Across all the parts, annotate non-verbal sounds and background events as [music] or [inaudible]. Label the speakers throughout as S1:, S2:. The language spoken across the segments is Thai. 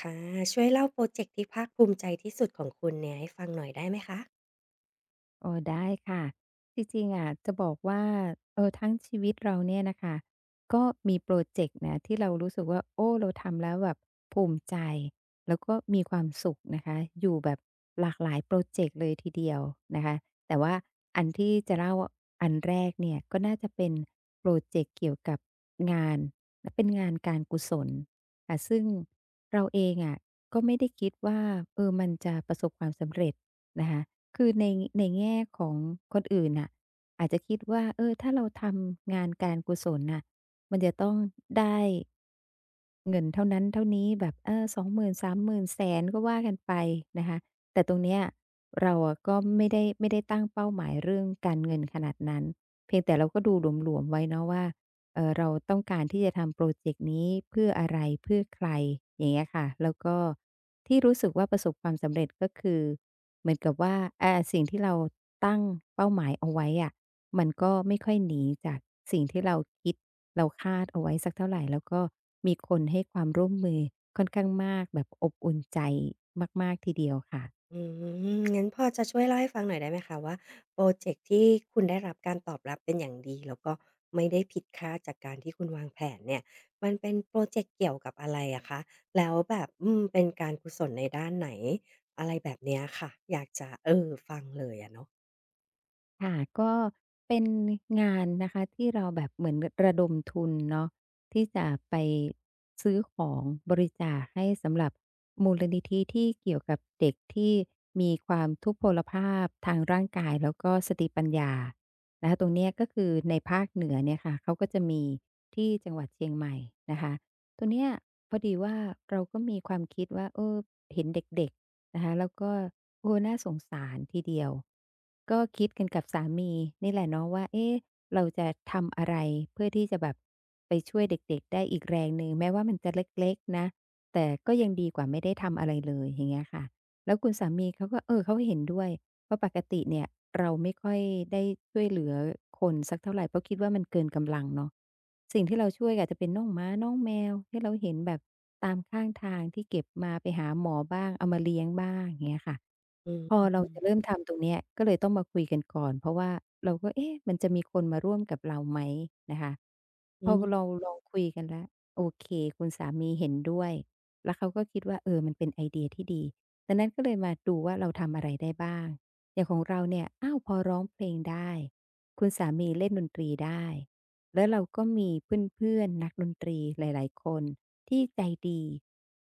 S1: ค่ะช่วยเล่าโปรเจกต์ที่ภาคภูมิใจที่สุดของคุณเนี่ยให้ฟังหน่อยได้ไหมคะ
S2: โอ้ได้ค่ะจริงๆอะจะบอกว่าทั้งชีวิตเราเนี่ยนะคะก็มีโปรเจกต์นะที่เรารู้สึกว่าโอ้เราทำแล้วแบบภูมิใจแล้วก็มีความสุขนะคะอยู่แบบหลากหลายโปรเจกต์เลยทีเดียวนะคะแต่ว่าอันที่จะเล่าอันแรกเนี่ยก็น่าจะเป็นโปรเจกต์เกี่ยวกับงานและเป็นงานการกุศลค่ะซึ่งเราเองอะก็ไม่ได้คิดว่ามันจะประสบความสำเร็จนะคะ คือในแง่ของคนอื่นน่ะอาจจะคิดว่าถ้าเราทำงานการกุศลน่ะมันจะต้องได้เงินเท่านั้นเท่านี้แบบ20,000สามหมื่นแสนก็ว่ากันไปนะคะแต่ตรงเนี้ยเราอะก็ไม่ได้ตั้งเป้าหมายเรื่องการเงินขนาดนั้นเพียงแต่เราก็ดูหลวมๆไว้เนาะว่าเราต้องการที่จะทำพรอเจกต์นี้เพื่ออะไรเพื่อใครอย่างเงี้ยค่ะแล้วก็ที่รู้สึกว่าประสบความสำเร็จก็คือ เหมือนกับว่าสิ่งที่เราตั้งเป้าหมายเอาไว้อะมันก็ไม่ค่อยหนีจากสิ่งที่เราคิดเราคาดเอาไว้สักเท่าไรแล้วก็มีคนให้ความร่วมมือค่อนข้างมากแบบอบอุ่นใจมากๆทีเดียวค่ะ
S1: อืมงั้นพอจะช่วยเล่าให้ฟังหน่อยได้ไหมคะว่าโพรเจกต์ที่คุณได้รับการตอบรับเป็นอย่างดีแล้วก็ไม่ได้ผิดคาดจากการที่คุณวางแผนเนี่ยมันเป็นโพรเจกต์เกี่ยวกับอะไรอะคะแล้วแบบอืมเป็นการกุศลในด้านไหนอะไรแบบเนี้ยค่ะอยากจะฟังเลยอะเนาะ
S2: ค่ะก็เป็นงานนะคะที่เราแบบเหมือนระดมทุนเนาะที่จะไปซื้อของบริจาคให้สำหรับมูลนิธิที่เกี่ยวกับเด็กที่มีความทุพพลภาพทางร่างกายแล้วก็สติปัญญานะคะตรงเนี้ยก็คือในภาคเหนือเนี่ยค่ะเขาก็จะมีที่จังหวัดเชียงใหม่นะคะตรงเนี้ยพอดีว่าเราก็มีความคิดว่าเห็นเด็กๆ นะคะแล้วก็โอ้น่าสงสารทีเดียวก็คิดกันกับสามีนี่แหละเนาะว่าเอ๊ะเราจะทำอะไรเพื่อที่จะแบบไปช่วยเด็กๆได้อีกแรงหนึ่งแม้ว่ามันจะเล็กๆนะแต่ก็ยังดีกว่าไม่ได้ทำอะไรเลยอย่างเงี้ยค่ะแล้วคุณสามีเขาก็เขาเห็นด้วย เพราะปกติเนี่ยเราไม่ค่อยได้ช่วยเหลือคนสักเท่าไหร่เพราะคิดว่ามันเกินกำลังเนาะสิ่งที่เราช่วยก็อาจจะเป็นน้องหมาน้องแมวที่เราเห็นแบบตามข้างทางที่เก็บมาไปหาหมอบ้างเอามาเลี้ยงบ้างอย่างเงี้ยค่ะ
S1: อื
S2: พอ
S1: ม
S2: เราจะเริ่มทำตรงเนี้ยก็เลยต้องมาคุยกันก่อนเพราะว่าเราก็เอ๊ะมันจะมีคนมาร่วมกับเราไหมนะคะพ
S1: อื
S2: อเรา
S1: ม
S2: ลองคุยกันแล้วโอเคคุณสามีเห็นด้วยแล้วเขาก็คิดว่ามันเป็นไอเดียที่ดีดังนั้นก็เลยมาดูว่าเราทำอะไรได้บ้าง อย่างของเราเนี่ยอ้าวพอร้องเพลงได้คุณสามีเล่นดนตรีได้แล้วเราก็มีเพื่อนๆนักดนตรีหลายๆคนที่ใจดี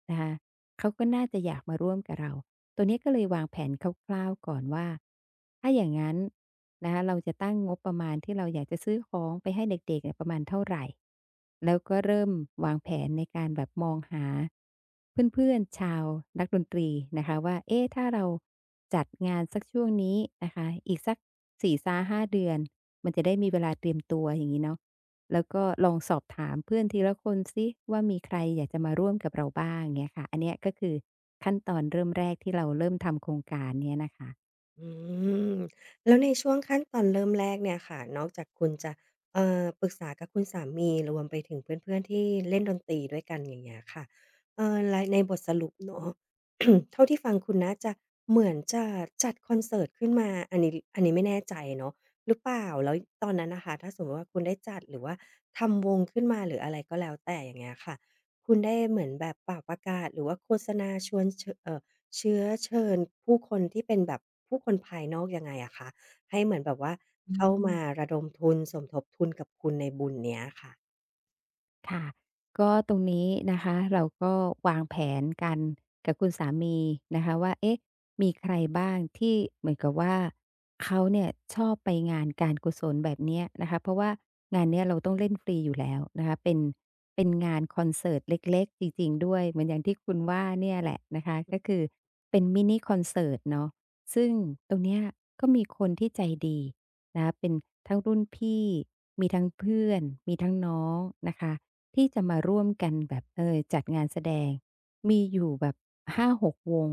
S2: นะคะเขาก็น่าจะอยากมาร่วมกับเรา ตัวเนี้ยก็เลยวางแผนคร่าวๆก่อนว่าถ้าอย่างนั้นนะคะเราจะตั้งงบประมาณที่เราอยากจะซื้อของไปให้เด็กๆเนี่ยประมาณเท่าไหร่แล้วก็เริ่มวางแผนในการแบบมองหาเพื่อนๆชาวนักดนตรีนะคะว่าเอ๊ะถ้าเราจัดงานสักช่วงนี้นะคะอีกสัก4-5เดือนมันจะได้มีเวลาเตรียมตัวอย่างนี้เนาะ แล้วก็ลองสอบถามเพื่อนทีละคนสิว่ามีใครอยากจะมาร่วมกับเราบ้างเงี้ยค่ะอันเนี้ยก็คือขั้นตอนเริ่มแรกที่เราเริ่มทำโครงการเนี้ยนะคะ
S1: อืมแล้วในช่วงขั้นตอนเริ่มแรกเนี่ยค่ะนอกจากคุณจะปรึกษากับคุณสามีรวมไปถึงเพื่อนๆที่เล่นดนตรีด้วยกันอย่างเงี้ยค่ะไรในบทสรุปเนาะ [coughs] เท่าที่ฟังคุณน่าจะเหมือนจะจัดคอนเสิร์ตขึ้นมาอันนี้ไม่แน่ใจเนาะหรือเปล่าแล้วตอนนั้นน่ะค่ะถ้าสมมุติว่าคุณได้จัดหรือว่าทำวงขึ้นมาหรืออะไรก็แล้วแต่อย่างเงี้ยค่ะคุณได้เหมือนแบบเป่าประกาศหรือว่าโฆษณาชวนชเชื้อเชิญผู้คนที่เป็นแบบผู้คนภายนอกยังไงอะคะให้เหมือนแบบว่า
S2: อื
S1: เข้ามา
S2: ม
S1: ระดมทุนสมทบทุนกับคุณในบุญเนี้ยค่ะ
S2: ค่ะก็ตรงนี้นะคะเราก็วางแผนกันกับคุณสามีนะคะว่าเอ๊ะมีใครบ้างที่เหมือนกับว่าเขาเนี่ยชอบไปงานการกุศลแบบเนี้ยนะคะเพราะว่างานเนี้ยเราต้องเล่นฟรีอยู่แล้วนะคะเป็นงานคอนเสิร์ตเล็กๆจริงๆด้วยเหมือนอย่างที่คุณว่าเนี่ยแหละนะคะก็คือเป็นมินิคอนเสิร์ตเนาะซึ่งตรงเนี้ยก็มีคนที่ใจดีนะคะเป็นทั้งรุ่นพี่มีทั้งเพื่อนมีทั้งน้องนะคะ ที่จะมาร่วมกันแบบจัดงานแสดงมีอยู่แบบ5-6วง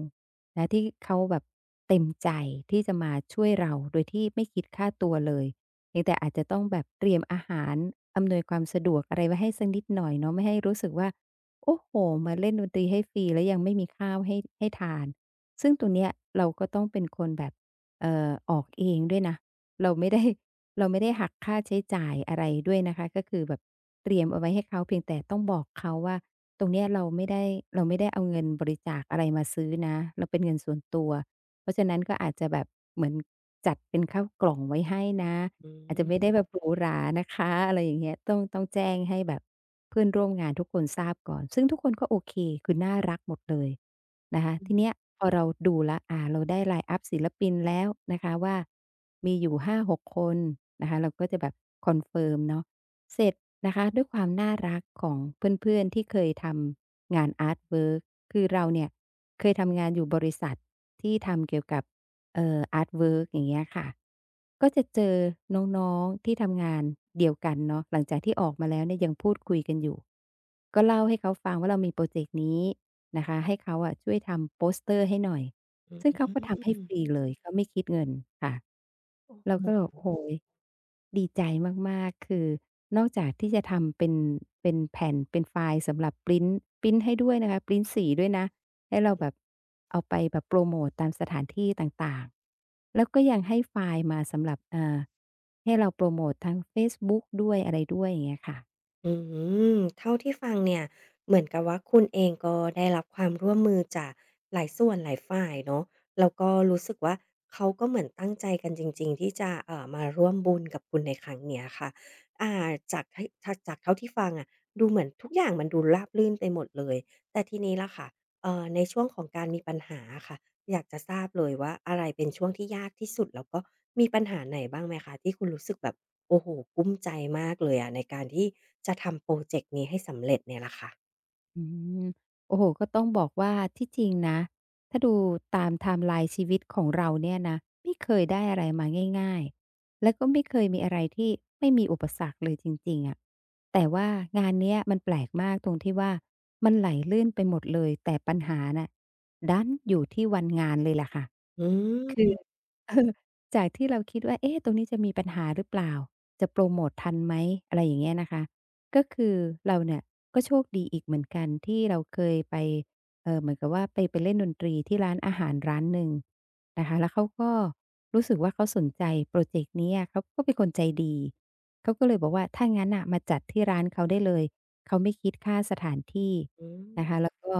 S2: นะที่เขาแบบเต็มใจที่จะมาช่วยเราโดยที่ไม่คิดค่าตัวเลยเพียงแต่อาจจะต้องแบบเตรียมอาหารอำนวยความสะดวกอะไรไว้ให้สักนิดหน่อยเนาะไม่ให้รู้สึกว่าโอ้โหมาเล่นดนตรีให้ฟรีแล้วยังไม่มีข้าวให้ทานซึ่งตรวเนี้ยเราก็ต้องเป็นคนแบบออกเองด้วยนะเราไม่ได้ เราไม่ได้หักค่าใช้จ่ายอะไรด้วยนะคะก็คือแบบเตรียมเอาไว้ให้เขาเพียงแต่ต้องบอกเขาว่าตรงเนี้ยเราไม่ได้เราไม่ได้เอาเงินบริจาคอะไรมาซื้อนะเราเป็นเงินส่วนตัวเพราะฉะนั้นก็อาจจะแบบเหมือนจัดเป็นข้าวกล่องไว้ให้นะ
S1: อื
S2: อาจจะไม่
S1: ม
S2: ได้แบบหรูหรานะคะอะไรอย่างเงี้ยต้องแจ้งให้แบบเพื่อนร่วมงานทุกคนทราบก่อนซึ่งทุกคนก็โอเคคือน่ารักหมดเลย นะคะ
S1: อื
S2: ที
S1: อ
S2: เนี้ยพอเราดูแล้วเราได้ line up ศิลปินแล้วนะคะว่ามีอยู่5-6คนนะคะเราก็จะแบบคอนเฟิร์มเนาะ เสร็จนะคะด้วยความน่ารักของเพื่อนๆที่เคยทำงานอาร์ตเวิร์กคือเราเนี่ยเคยทำงานอยู่บริษัทที่ทำเกี่ยวกับอาร์ตเวิร์กอย่างเงี้ยค่ะก็จะเจอน้องๆที่ทำงานเดียวกันเนาะหลังจากที่ออกมาแล้วเนี่ยยังพูดคุยกันอยู่ก็เล่าให้เขาฟังว่าเรามีพรอเจกต์นี้นะคะให้เขาอะช่วยทำโปสเตอร์ให้หน่อย
S1: ๆโ
S2: ซึ่งเขาก็ทำให้
S1: อ้
S2: ฟรีเลยเขาไม่คิดเงินค่ะ
S1: โ
S2: เราก็
S1: ฮ
S2: แบบโอ้โหดีใจมากๆคือนอกจากที่จะทำเป็นเป็นแผ่นเป็นไฟล์สำหรับพรินต์ให้ด้วยนะคะพรินต์สีด้วยนะให้เราแบบเอาไปแบบโพรโมตตามสถานที่ต่างๆแล้วก็ยังให้ไฟล์มาสำหรับให้เราโพรโมตทางเฟซบุ๊กด้วยอะไรด้วยอย่างเงี้ยค่ะ
S1: อืมเท่าที่ฟังเนี่ยเหมือนกับว่าคุณเองก็ได้รับความร่วมมือจากหลายส่วนหลายฝ่ายเนาะแล้วก็รู้สึกว่าเขาก็เหมือนตั้งใจกันจริงๆที่จะมาร่วมบุญกับคุณในครั้งเนี้ยค่ะอ่าจากทจากเท่าที่ฟังอะดูเหมือนทุกอย่างมันดูราบรื่นไปหมดเลยแต่ทีนี้ล่ะค่ะในช่วงของการมีปัญหาอะค่ะอยากจะทราบเลยว่าอะไรเป็นช่วงที่ยากที่สุดแล้วก็มีปัญหาไหนบ้างไหมคะที่คุณรู้สึกแบบ โอ้โฮกลุ้มใจมากเลยอะในการที่จะทำพรอเจกต์นี้ให้สำเร็จเนี่ยล่ะค่ะ
S2: อืมโอ้โฮก็ต้องบอกว่าที่จริงนะถ้าดูตามไทม์ไลน์ชีวิตของเราเนี่ยนะไม่เคยได้อะไรมาง่ายๆแล้วก็ไม่เคยมีอะไรที่ไม่มีอุปสรรคเลยจริงๆอะแต่ว่างานเนี้ยมันแปลกมากตรงที่ว่ามันไหลลื่นไปหมดเลยแต่ปัญหาน่ะดันอยู่ที่วันงานเลยล่ะค่ะ
S1: อื
S2: คือ
S1: ม
S2: [laughs] เออจากที่เราคิดว่าเอ๊ะตรงนี้จะมีปัญหาหรือเปล่าจะโพรโมตทันไหมอะไรอย่างเงี้ยนะคะก็คือเราเนี่ยก็โชคดีอีกเหมือนกันที่เราเคยไปเหมือนกับว่าไปเล่นดนตรีที่ร้านอาหารร้านหนึ่งนะคะแล้วเขาก็รู้สึกว่าเขาสนใจพรอเจกต์นี้อะเขาก็เป็นคนใจดีเขาก็เลยบอกว่าถ้างั้นน่ะมาจัดที่ร้านเขาได้เลยเขาไม่คิดค่าสถานที่
S1: อืม
S2: นะคะแล้วก็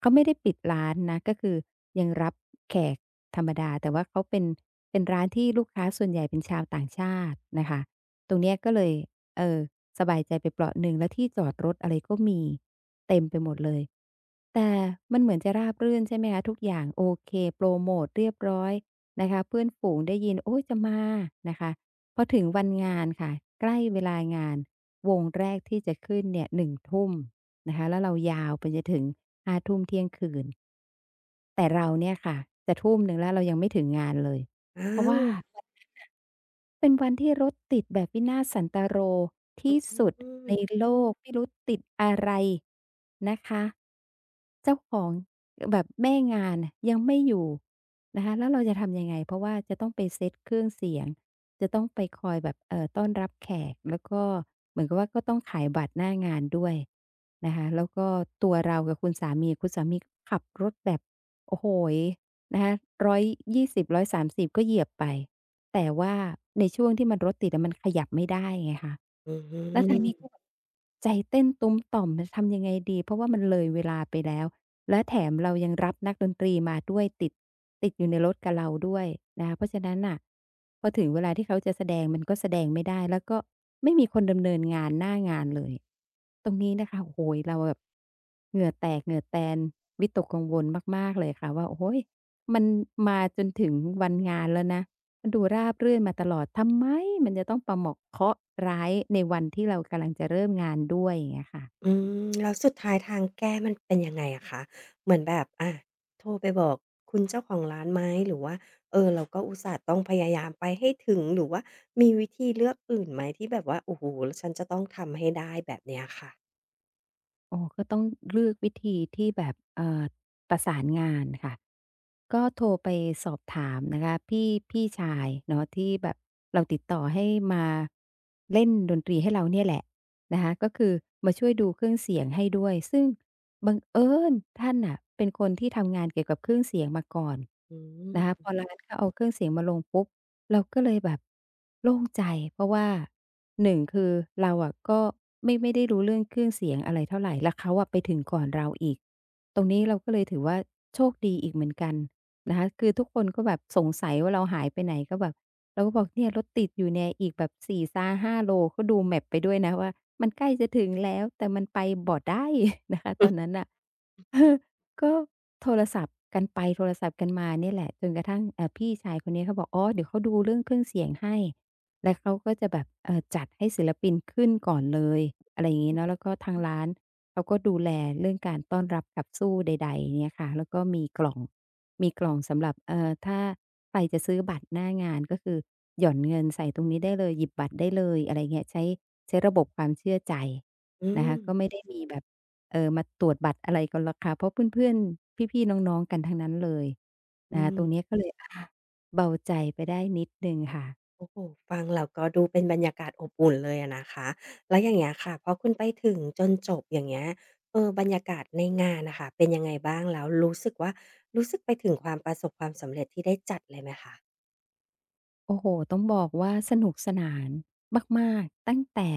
S2: เขาไม่ได้ปิดร้านนะก็คือยังรับแขก ธรรมดาแต่ว่าเขาเป็นเป็นร้านที่ลูกค้าส่วนใหญ่เป็นชาวต่างชาตินะคะตรงเนี้ยก็เลยเออสบายใจไปเปราะหนึ่งแล้วที่จอดรถอะไรก็มีเต็มไปหมดเลยแต่มันเหมือนจะราบรื่นใช่ไหมคะทุกอย่างโอเคโพรโมตเรียบร้อยนะคะเพื่อนฝูงได้ยินโอ๊ยจะมานะคะพอถึงวันงานค่ะใกล้เวลางานวงแรกที่จะขึ้นเนี่ย1ทุ่ม นะคะแล้วเรายาวไปจนถึง5ทุ่มเที่ยงคืนแต่เราเนี่ยค่ะจะทุ่มหนึ่งแล้วเรายังไม่ถึงงานเลย
S1: อ้า
S2: เพราะว่า
S1: ว
S2: เป็นวันที่รถติดแบบวินาศสันตโร
S1: อ
S2: ที่สุดใน
S1: ืม
S2: โลกไม่รู้ติดอะไรนะคะเจ้าของแบบแม่งานน่ะยังไม่อยู่นะคะแล้วเราจะทำยังไงเพราะว่าจะต้องไปเซตเครื่องเสียงจะต้องไปคอยแบบต้อนรับแขกแล้วก็เหมือนกับว่าก็ต้องขายบัตรหน้างานด้วยนะคะแล้วก็ตัวเรากับคุณสามีขับรถแบบโอ้โฮนะคะร้อยยี่สบร้อยสามสิบก็เหยียบไป แต่ว่าในช่วงที่มันรถติดอะมันขยับไม่ได้ไงคะ
S1: อื
S2: แล้วทอืางนี้ม
S1: ม
S2: ก็แบบใจเต้นตุ้มต่อมจะทำยังไงดีเพราะว่ามันเลยเวลาไปแล้วและแถมเรายังรับนักดนตรีมาด้วยติดอยู่ในรถกับเราด้วยนะคะเพราะฉะนั้นน่ะพอถึงเวลาที่เขาจะแสดงมันก็แสดงไม่ได้แล้วก็ไม่มีคนดำเนินงานหน้างานเลยตรงนี้นะคะโอ้โฮเราแบบเหงื่อแตกเหงื่อแตนวิตกกังวลมากๆเลยค่ะว่าโอ้โฮมันมาจนถึงวันงานแล้วนะ มันดูราบรื่นมาตลอดทำไมมันจะต้องประหม่อกเคราะห์ร้ายในวันที่เรากำลังจะเริ่มงานด้วยอย่างเงี้ยค่ะ
S1: อืมแล้วสุดท้ายทางแก้มันเป็นยังไงอะคะ เหมือนแบบอาโทรไปบอกคุณเจ้าของร้านไหมหรือว่าเออเราก็อุตส่าห์ต้องพยายามไปให้ถึงหรือว่ามีวิธีเลือกอื่นไหมที่แบบว่าโอ้โฮฉันจะต้องทำให้ได้แบบเนี้ยค่ะ
S2: อ๋อก็ต้องเลือกวิธีที่แบบประสานงานค่ะก็โทรไปสอบถามนะคะพี่ชายเนาะที่แบบเราติดต่อให้มาเล่นดนตรีให้เราเนี่ยแหละนะคะก็คือมาช่วยดูเครื่องเสียงให้ด้วยซึ่งบังเอิญท่านน่ะเป็นคนที่ทำงานเกี่ยวกับเครื่องเสียงมาก่อน
S1: อื
S2: นะคะพ
S1: ม
S2: อร้านเขาเอาเครื่องเสียงมาลงปุ๊บ เราก็เลยแบบโล่งใจเพราะว่าหนึ่งคือเราอะก็ไม่ได้รู้เรื่องเครื่องเสียงอะไรเท่าไรแล้วเขาอะไปถึงก่อนเราอีกตรงนี้เราก็เลยถือว่าโชคดีอีกเหมือนกันนะคะคือทุกคนก็แบบสงสัยว่าเราหายไปไหนก็แบบเราก็บอกเนี่ยรถติดอยู่เนี่ยอีกแบบ4-5โลก็ดู map ไปด้วยนะว่ามันใกล้จะถึงแล้วแต่มันไปบ่ได้ [laughs] นะคะตอน
S1: อ
S2: นั้นน่ะเออ ก็โทรศัพท์กันไปโทรศัพท์กันมาเนี่ยแหละจนกระทั่งพี่ชายคนนี้เขาบอกอ๋อเดี๋ยวเขาดูเรื่องเครื่องเสียงให้แล้วเขาก็จะแบบจัดให้ศิลปินขึ้นก่อนเลยอะไรอย่างงี้เนาะแล้วก็ทางร้านเขาก็ดูแลเรื่องการต้อนรับขับสู้ใดๆเนี่ยค่ะแล้วก็มีกล่องสำหรับถ้าใครจะซื้อบัตรหน้างานก็คือหย่อนเงินใส่ตรงนี้ได้เลยหยิบบัตรได้เลยอะไรเงี้ยใช้ระบบความเชื่อใจ
S1: ื
S2: นะคะ
S1: ม
S2: ก็ไม่ได้มีแบบ เออมาตรวจบัตรอะไรกันหรอกค่ะเพราะเพื่อนๆพี่ๆน้องๆกันทั้งนั้นเลยนะ
S1: อื
S2: คะ
S1: ม
S2: ตรงนี้ก็เลยอาเบาใจไปได้นิดหนึ่งค่ะ
S1: โอ้โฮฟังแล้วก็ดูเป็นบรรยากาศอบอุ่นเลยอะนะคะแล้วอย่างเงี้ยค่ะพอคุณไปถึงจนจบอย่างเงี้ยบรรยากาศในงานน่ะค่ะเป็นยังไงบ้างแล้วรู้สึกว่ารู้สึกไปถึงความประสบความสำเร็จที่ได้จัดเลยไหมคะ
S2: โอ้โฮต้องบอกว่าสนุกสนานมากๆตั้งแต่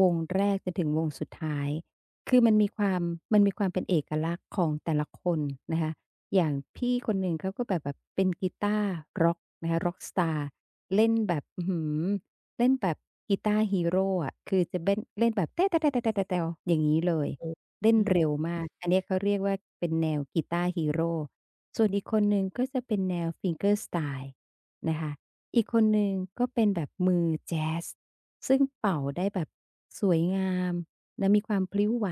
S2: วงแรกจนถึงวงสุดท้าย คือมันมีความเป็นเอกลักษณ์ของแต่ละคนนะคะอย่างพี่คนหนึ่งเขาก็แบบเป็นกีตาร์ร็อกนะคะร็อกสตาร์เล่นแบบอื้อฮือเล่นแบบกีตาร์ฮีโรอะคือจะเบ้นเล่นแบบอย่างงี้เลย
S1: อือ
S2: เล่น
S1: อืม
S2: เร็วมาก อันเนี้ยเขาเรียกว่าเป็นแนวกีตาร์ฮีโรส่วนอีกคนหนึ่งก็จะเป็นแนว fingerstyle นะคะ อีกคนหนึ่งก็เป็นแบบมือแจ๊สซึ่งเป่าได้แบบสวยงามและมีความพลิ้วไหว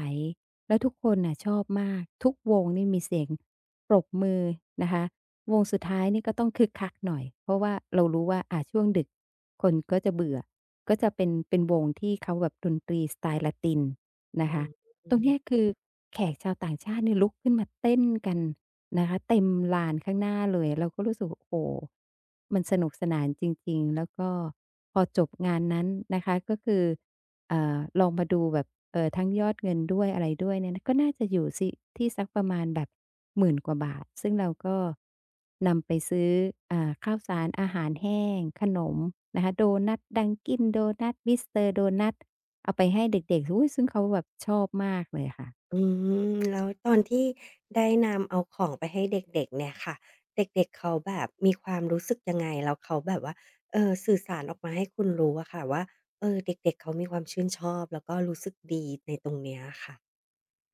S2: แล้วทุกคนน่ะชอบมากทุกวงนี่มีเสียงปรบมือนะคะวงสุดท้ายนี่ก็ต้องคึกคักหน่อยเพราะว่าเรารู้ว่าอาช่วงดึกคนก็จะเบื่อก็จะเป็นวงที่เขาแบบดนตรีสไตล์ละตินนะ
S1: อื
S2: คะ
S1: มอื
S2: ตร
S1: ม
S2: งเนี้ยคือแขกชาวต่างชาติเนี่ยลุกขึ้นมาเต้นกันนะคะเต็มลานข้างหน้าเลยเราก็รู้สึกโอ้โฮมันสนุกสนานจริงๆแล้วก็พอจบงานนั้นนะคะก็คือลองมาดูแบบทั้งยอดเงินด้วยอะไรด้วยเนี่ยนะก็น่าจะอยู่สิที่สักประมาณแบบหมื่นกว่าบาทซึ่งเราก็นำไปซื้ออ่าข้าวสารอาหารแห้งขนมนะคะโดนัตดังกินโดนัตมิสเตอร์โดนัต เอาไปให้เด็กๆอุ๊ยซึ่งเขาแบบชอบมากเลยค่ะ
S1: อืมแล้วตอนที่ได้นำเอาของไปให้เด็กๆเนี่ยค่ะเด็กๆเขาแบบมีความรู้สึกยังไงแล้วเขาแบบว่าสื่อสารออกมาให้คุณรู้อะค่ะว่าเออเด็กๆเขามีความชื่นชอบแล้วก็รู้สึกดีในตรงเนี้ยค่ะ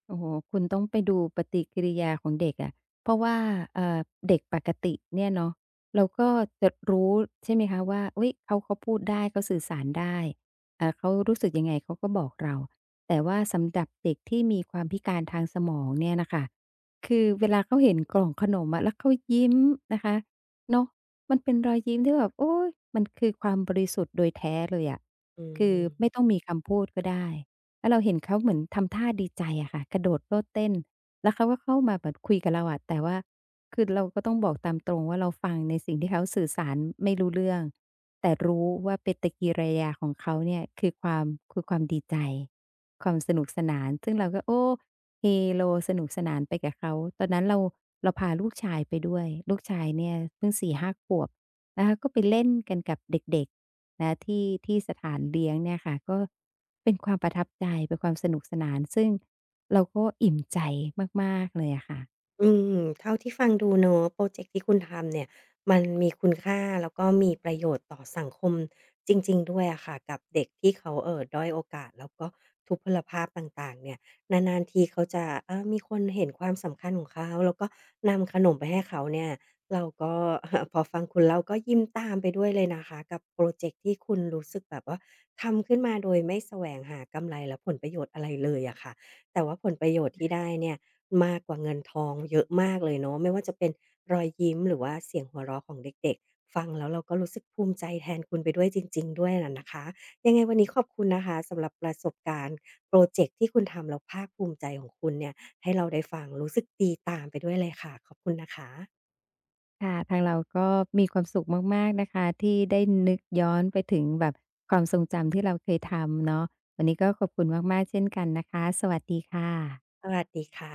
S2: โอ้โฮคุณต้องไปดูปฏิกิริยาของเด็กอะเพราะว่าเอ่อเด็กปกติเนี่ยเนาะเราก็จะรู้ใช่ไหมคะว่าอุ๊ยเขาพูดได้เขาสื่อสารได้เขารู้สึกยังไงเขาก็บอกเราแต่ว่าสำหรับเด็กที่มีความพิการทางสมองเนี่ยน่ะค่ะคือเวลาเขาเห็นกล่องขนมอะแล้วเขายิ้มนะคะเนาะมันเป็นรอยยิ้มที่แบบโอ๊ยมันคือความบริสุทธิ์โดยแท้เลยอะ
S1: อื
S2: คือไม่
S1: ม
S2: ต้องมีคำพูดก็ได้ แล้วเราเห็นเขาเหมือนทำท่าดีใจอะค่ะกระโดดโลดเต้นแล้วเขาก็เข้ามาแบบคุยกับเราอะแต่ว่าคือเราก็ต้องบอกตามตรงว่าเราฟังในสิ่งที่เขาสื่อสารไม่รู้เรื่องแต่รู้ว่าปฏิกิริยาของเขาเนี่ยคือความดีใจความสนุกสนานซึ่งเราก็โอ้เฮโลสนุกสนานไปกับเขาตอนนั้นเราพาลูกชายไปด้วยลูกชายเนี่ยเพิ่งสี่ห้าขวบนะคะก็ไปเล่นกันกับเด็กๆ และที่สถานเลี้ยงเนี่ยค่ะก็เป็นความประทับใจเป็นความสนุกสนานซึ่งเราก็อิ่มใจมากๆเลยอะค่ะ
S1: อืมเท่าที่ฟังดูเนาะพรอเจกต์ที่คุณทำเนี่ยมันมีคุณค่าแล้วก็มีประโยชน์ต่อสังคมจริงๆด้วยอะค่ะกับเด็กที่เขาด้อยโอกาสแล้วก็ทุพพลภาพต่างๆเนี่ยนานๆทีเขาจะมีคนเห็นความสำคัญของเขาแล้วก็นำขนมไปให้เขาเนี่ยเราก็ [laughs] พอฟังคุณแล้วก็ยิ้มตามไปด้วยเลยนะคะกับพรอเจกต์ที่คุณรู้สึกแบบว่าทำขึ้นมาโดยไม่แสวงหากำไรและผลประโยชน์อะไรเลยอะค่ะแต่ว่าผลประโยชน์ที่ได้เนี่ย มากกว่าเงินทองเยอะมากเลยเนาะไม่ว่าจะเป็นรอยยิ้มหรือว่าเสียงหัวเราะของเด็กๆฟังแล้วเราก็รู้สึกภูมิใจแทนคุณไปด้วยจริงๆด้วยน่ะนะคะยังไงวันนี้ขอบคุณนะคะสำหรับประสบการณ์พรอเจกต์ที่คุณทำแล้วภาคภูมิใจของคุณเนี่ยให้เราได้ฟังรู้สึกดีตามไปด้วยเลยค่ะขอบคุณนะคะ
S2: ค่ะทางเราก็มีความสุขมากๆนะคะที่ได้นึกย้อนไปถึงแบบความทรงจำที่เราเคยทำเนาะวันนี้ก็ขอบคุณมากๆเช่นกันนะคะสวัสดีค่ะ
S1: สวัสดีค่ะ